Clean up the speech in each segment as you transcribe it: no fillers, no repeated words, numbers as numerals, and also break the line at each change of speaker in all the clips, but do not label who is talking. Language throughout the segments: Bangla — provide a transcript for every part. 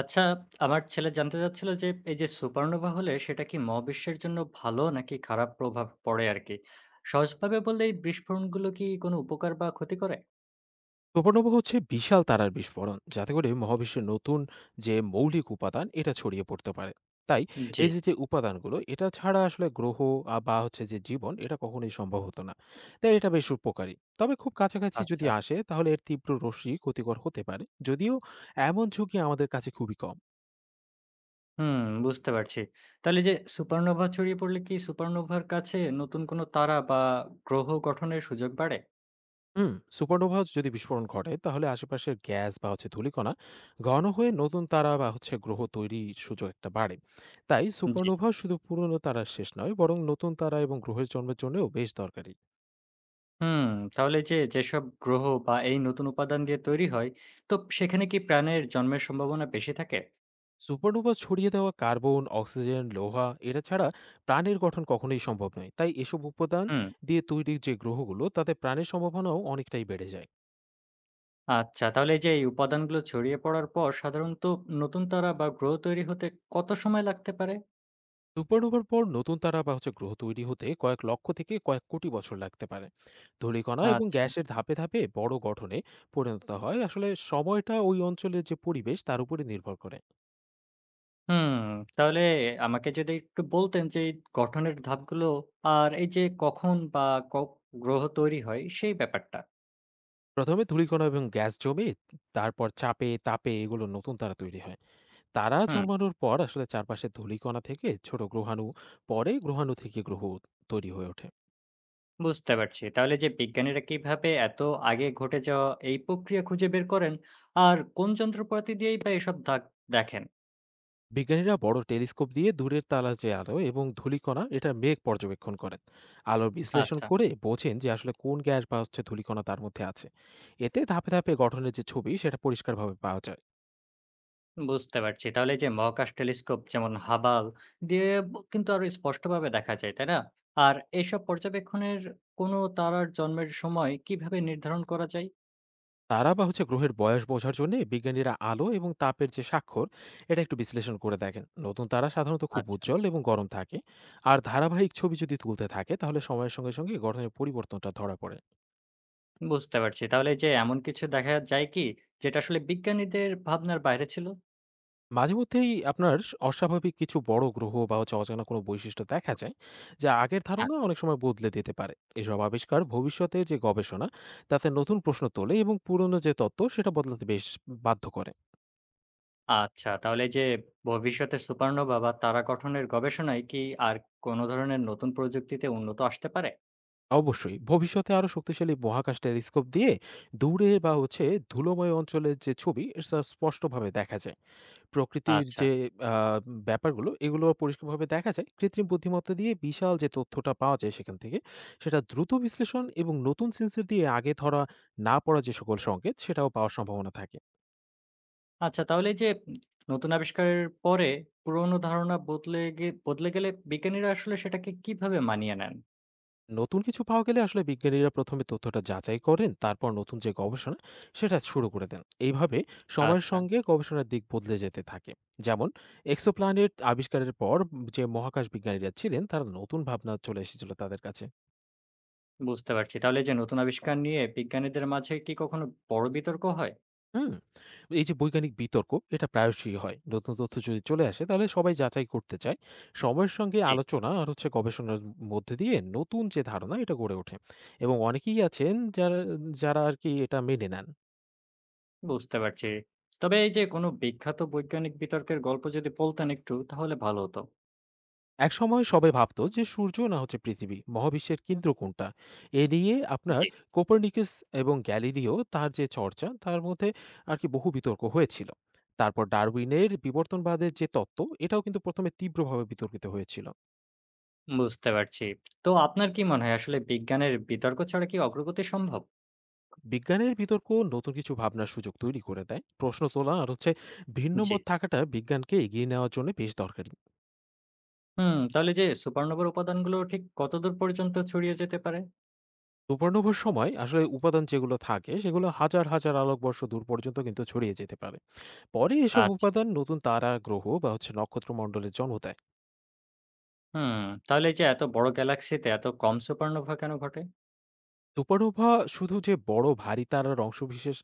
আচ্ছা, আমার ছেলে জানতে চাচ্ছিল যে এই যে সুপারনোভা হলে সেটা কি মহাবিশ্বের জন্য ভালো নাকি খারাপ প্রভাব পড়ে আর কি? সহজভাবে বললে এই বিস্ফোরণগুলো কি কোনো উপকার বা ক্ষতি করে?
সুপারনোভা হচ্ছে বিশাল তারার বিস্ফোরণ, যাতে করে মহাবিশ্বের নতুন যে মৌলিক উপাদান এটা ছড়িয়ে পড়তে পারে। তাই
জি,
এই যে যে উপাদানগুলো এটা ছাড়া আসলে গ্রহ, বা হচ্ছে যে জীবন এটা কখনোই সম্ভব হতো না। তাই এটা বেশ উপকারী। তবে খুব কাছাকাছি
আচ্ছা।
যদি আসে তাহলে এর তীব্র রশ্মি ক্ষতিকর হতে পারে, যদিও এমন ঝুঁকি আমাদের কাছে খুবই কম।
হুম, বুঝতে পারছি। তাহলে যে সুপারনোভা ছড়িয়ে পড়লে কি সুপারনোভার কাছে নতুন কোনো তারা বা গ্রহ গঠনের সুযোগ বাড়ে?
হুম। সুপারনোভা যদি বিস্ফোরণ ঘটে তাহলে আশেপাশের গ্যাস বা হচ্ছে ধূলিকণা ঘন হয়ে নতুন তারা বা হচ্ছে গ্রহ তৈরির সুযোগ একটা বাড়ে। তাই
জি।
সুপারনোভা শুধু পুরনো তারার শেষ নয়, বরং নতুন তারা এবং গ্রহের জন্মের জন্যও বেশ দরকারি।
হুম, তাহলে যে যেসব গ্রহ বা এই নতুন উপাদান দিয়ে তৈরি হয়, তো সেখানে কি প্রাণের জন্মের সম্ভাবনা বেশি থাকে?
সুপারনোভা ছড়িয়ে দেওয়া কার্বন, অক্সিজেন, লোহা এটা ছাড়া প্রাণের গঠন কখনোই সম্ভব নয়, তাই এসব উপাদান
হুম।
দিয়ে তৈরি যে গ্রহগুলো তাতে প্রাণের সম্ভাবনাও অনেকটাই বেড়ে যায়।
আচ্ছা, তাহলে এই যে এই উপাদানগুলো ছড়িয়ে পড়ার পর সাধারণত নতুন তারা বা গ্রহ তৈরি হতে কত সময় লাগতে পারে?
সুপারনোভার পর নতুন তারা বা হচ্ছে গ্রহ তৈরি হতে কয়েক লক্ষ থেকে কয়েক কোটি বছর লাগতে পারে। ধূলিকণা এবং
আচ্ছা।
গ্যাসের ধাপে ধাপে বড় গঠনে পরিণত হয়, আসলে সময়টা ওই অঞ্চলের যে পরিবেশ তার উপরে নির্ভর করে।
হুম, তাহলে আমাকে যদি একটু বলতেন যে এই গঠনের ধাপগুলো আর এই যে কখন বা ক গ্রহ তৈরি হয় সেই ব্যাপারটা।
প্রথমে ধূলিকণা এবং গ্যাস জমে, তারপর চাপে তাপে এগুলো নতুন তারা তৈরি হয়। তারা
হুম,
জন্মানোর পর আসলে চারপাশে ধূলিকণা থেকে ছোট গ্রহাণু, পরে গ্রহাণু থেকে গ্রহ তৈরি হয়ে ওঠে।
বুঝতে পারছি। তাহলে যে বিজ্ঞানীরা কিভাবে এত আগে ঘটে যাওয়া এই প্রক্রিয়া খুঁজে বের করেন আর কোন যন্ত্রপাতি দিয়েই বা এসব দাগ দেখেন?
বিজ্ঞানীরা বড় টেলিস্কোপ দিয়ে দূরের তারার যে আলো এবং ধূলিকণা এটার মেঘ পর্যবেক্ষণ করেন। আলোর বিশ্লেষণ
আচ্ছা।
করে বোঝেন যে আসলে কোন গ্যাস বা হচ্ছে ধূলিকণা তার মধ্যে আছে। এতে ধাপে ধাপে গঠনের যে ছবি সেটা পরিষ্কারভাবে পাওয়া যায়।
বুঝতে পারছি। তাহলে এই যে মহাকাশ টেলিস্কোপ যেমন হাবাল দিয়ে কিন্তু আরো স্পষ্টভাবে দেখা যায়, তাই না? আর এসব পর্যবেক্ষণের কোনো তারার জন্মের সময় কিভাবে নির্ধারণ করা যায়?
তারা বা হচ্ছে গ্রহের বয়স বোঝার জন্য বিজ্ঞানীরা আলো এবং তাপের যে স্বাক্ষর এটা একটু বিশ্লেষণ করে দেখেন। নতুন তারা সাধারণত খুব
আচ্ছা,
উজ্জ্বল এবং গরম থাকে। আর ধারাবাহিক ছবি যদি তুলতে থাকে তাহলে সময়ের সঙ্গে সঙ্গে গঠনের পরিবর্তনটা ধরা পড়ে।
বুঝতে পারছি। তাহলে এই যে এমন কিছু দেখা যায় কি যেটা আসলে বিজ্ঞানীদের ভাবনার বাইরে ছিল?
মাঝে মধ্যেই আপনার স অস্বাভাবিক কিছু বড় গ্রহ বা হচ্ছে অজানা কোনো বৈশিষ্ট্য দেখা যায়, যা আগের
হ্যাঁ।
ধারণা অনেক সময় বদলে দিতে পারে। এসব আবিষ্কার ভবিষ্যতে যে গবেষণা, তাতে নতুন প্রশ্ন তোলে এবং পুরনো যে তত্ত্ব সেটা বদলাতে বেশ বাধ্য করে।
আচ্ছা, তাহলে এই যে ভবিষ্যতে সুপারনোভা বা তারা গঠনের গবেষণায় কি আর কোনো ধরনের নতুন প্রযুক্তিতে উন্নত আসতে পারে?
অবশ্যই ভবিষ্যতে আরো শক্তিশালী মহাকাশ টেলিস্কোপ দিয়ে দূরে বা হচ্ছে ধুলোময় অঞ্চলের যে ছবি, এটা স্পষ্টভাবে দেখা যায়। প্রকৃতির
আচ্ছা।
যে আ ব্যাপারগুলো, এগুলো পরিষ্কারভাবে দেখা যায়। কৃত্রিম বুদ্ধিমত্তা দিয়ে বিশাল যে তথ্যটা পাওয়া যায় সেখান থেকে, সেটা দ্রুত বিশ্লেষণ এবং নতুন সেন্সর দিয়ে আগে ধরা না পড়া যে সকল সংকেত, সেটাও পাওয়ার সম্ভাবনা থাকে।
আচ্ছা তাহলে এই যে নতুন আবিষ্কারের পরে পুরোনো ধারণা বদলে গেলে বিজ্ঞানীরা আসলে সেটাকে কিভাবে মানিয়ে নেন?
নতুন কিছু পাওয়া গেলে আসলে বিজ্ঞানীরা ১ম এ তথ্যটা যাচাই করেন, তারপর নতুন যে গবেষণা, সেটা শুরু করে দেন। এইভাবে সময়ের
আচ্ছা,
সঙ্গে গবেষণার দিক বদলে যেতে থাকে। যেমন এক্সোপ্ল্যানেট আবিষ্কারের পর যে মহাকাশ বিজ্ঞানীরা ছিলেন, তারা নতুন ভাবনা চলে এসেছিল তাদের কাছে।
বুঝতে পারছি। তাহলে এই যে নতুন আবিষ্কার নিয়ে বিজ্ঞানীদের মাঝে কি কখনো বড় বিতর্ক হয়?
হুম। এই যে বৈজ্ঞানিক বিতর্ক এটা প্রায়শই হয়। নতুন তথ্য যদি চলে আসে তাহলে সবাই যাচাই করতে চায়। সময়ের সঙ্গে
জি।
আলোচনা আর হচ্ছে গবেষণার মধ্যে দিয়ে নতুন যে ধারণা এটা গড়ে ওঠে। এবং অনেকেই আছেন যারা যারা আরকি এটা মেনে নেন।
বুঝতে পারছি। তবে এই যে কোনো বিখ্যাত বৈজ্ঞানিক বিতর্কের গল্প যদি বলতেন একটু তাহলে ভালো হতো।
একসময় সবাই ভাবত যে সূর্য না হচ্ছে পৃথিবী, মহাবিশ্বের কেন্দ্র কোনটা? এ নিয়ে আপনার
জি।
কোপার্নিকাস এবং গ্যালিলিও তার যে চর্চা তার মধ্যে আরকি বহু বিতর্ক হয়েছিল। তারপর ডারউইনের বিবর্তনবাদের যে তত্ত্ব এটাও কিন্তু ১ম এ তীব্রভাবে বিতর্কিত হয়েছিল।
বুঝতে পারছি। তো আপনার কি মনে হয় আসলে বিজ্ঞানের বিতর্ক ছাড়া কি অগ্রগতি সম্ভব?
বিজ্ঞানের বিতর্ক নতুন কিছু ভাবনার সুযোগ তৈরি করে দেয়, প্রশ্ন তোলা আর হচ্ছে ভিন্ন
জি।
মত থাকাটা বিজ্ঞানকে এগিয়ে নেওয়ার জন্য বেশ দরকারি।
হুম, তাহলে যে সুপারনোভার উপাদানগুলো ঠিক কতদূর পর্যন্ত ছড়িয়ে যেতে পারে?
উপর্ণভর সময় আসলে উপাদান যেগুলো থাকে সেগুলো হাজার হাজার আলোকবর্ষ দূর পর্যন্ত কিন্তু ছড়িয়ে যেতে পারে। পরে এসব
আচ্ছা।
উপাদান নতুন তারা, গ্রহ বা হচ্ছে নক্ষত্রমণ্ডলের জন্ম দেয়।
হুম, তাহলে এই যে এত বড় গ্যালাক্সিতে এত কম সুপারনোভা কেন ঘটে?
সুপারনোভা শুধু যে বড় ভারী তারার অংশবিশেষ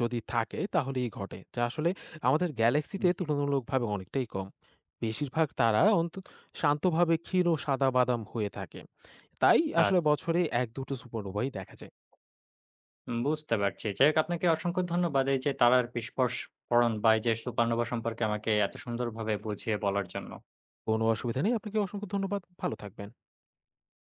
যদি থাকে তাহলেই ঘটে, যা আসলে আমাদের গ্যালাক্সিতে
জি।
তুলনামূলকভাবে অনেকটাই কম। বেশিরভাগ তারা শান্তভাবে ক্ষীণ ও সাদা-বাদাম হয়ে থাকে। তাই আসলে
আচ্ছা,
বছরে ১-২ টো সুপারনোভাই দেখা যায়।
বুঝতে পারছি। যাই হোক আপনাকে অসংখ্য ধন্যবাদ এই যে তারার বিস্ফোরণ বা এই যে সুপারনোভা সম্পর্কে আমাকে এত সুন্দরভাবে বুঝিয়ে বলার জন্য।
কোনো অসুবিধা নেই। আপনাকে অসংখ্য ধন্যবাদ। ভালো থাকবেন।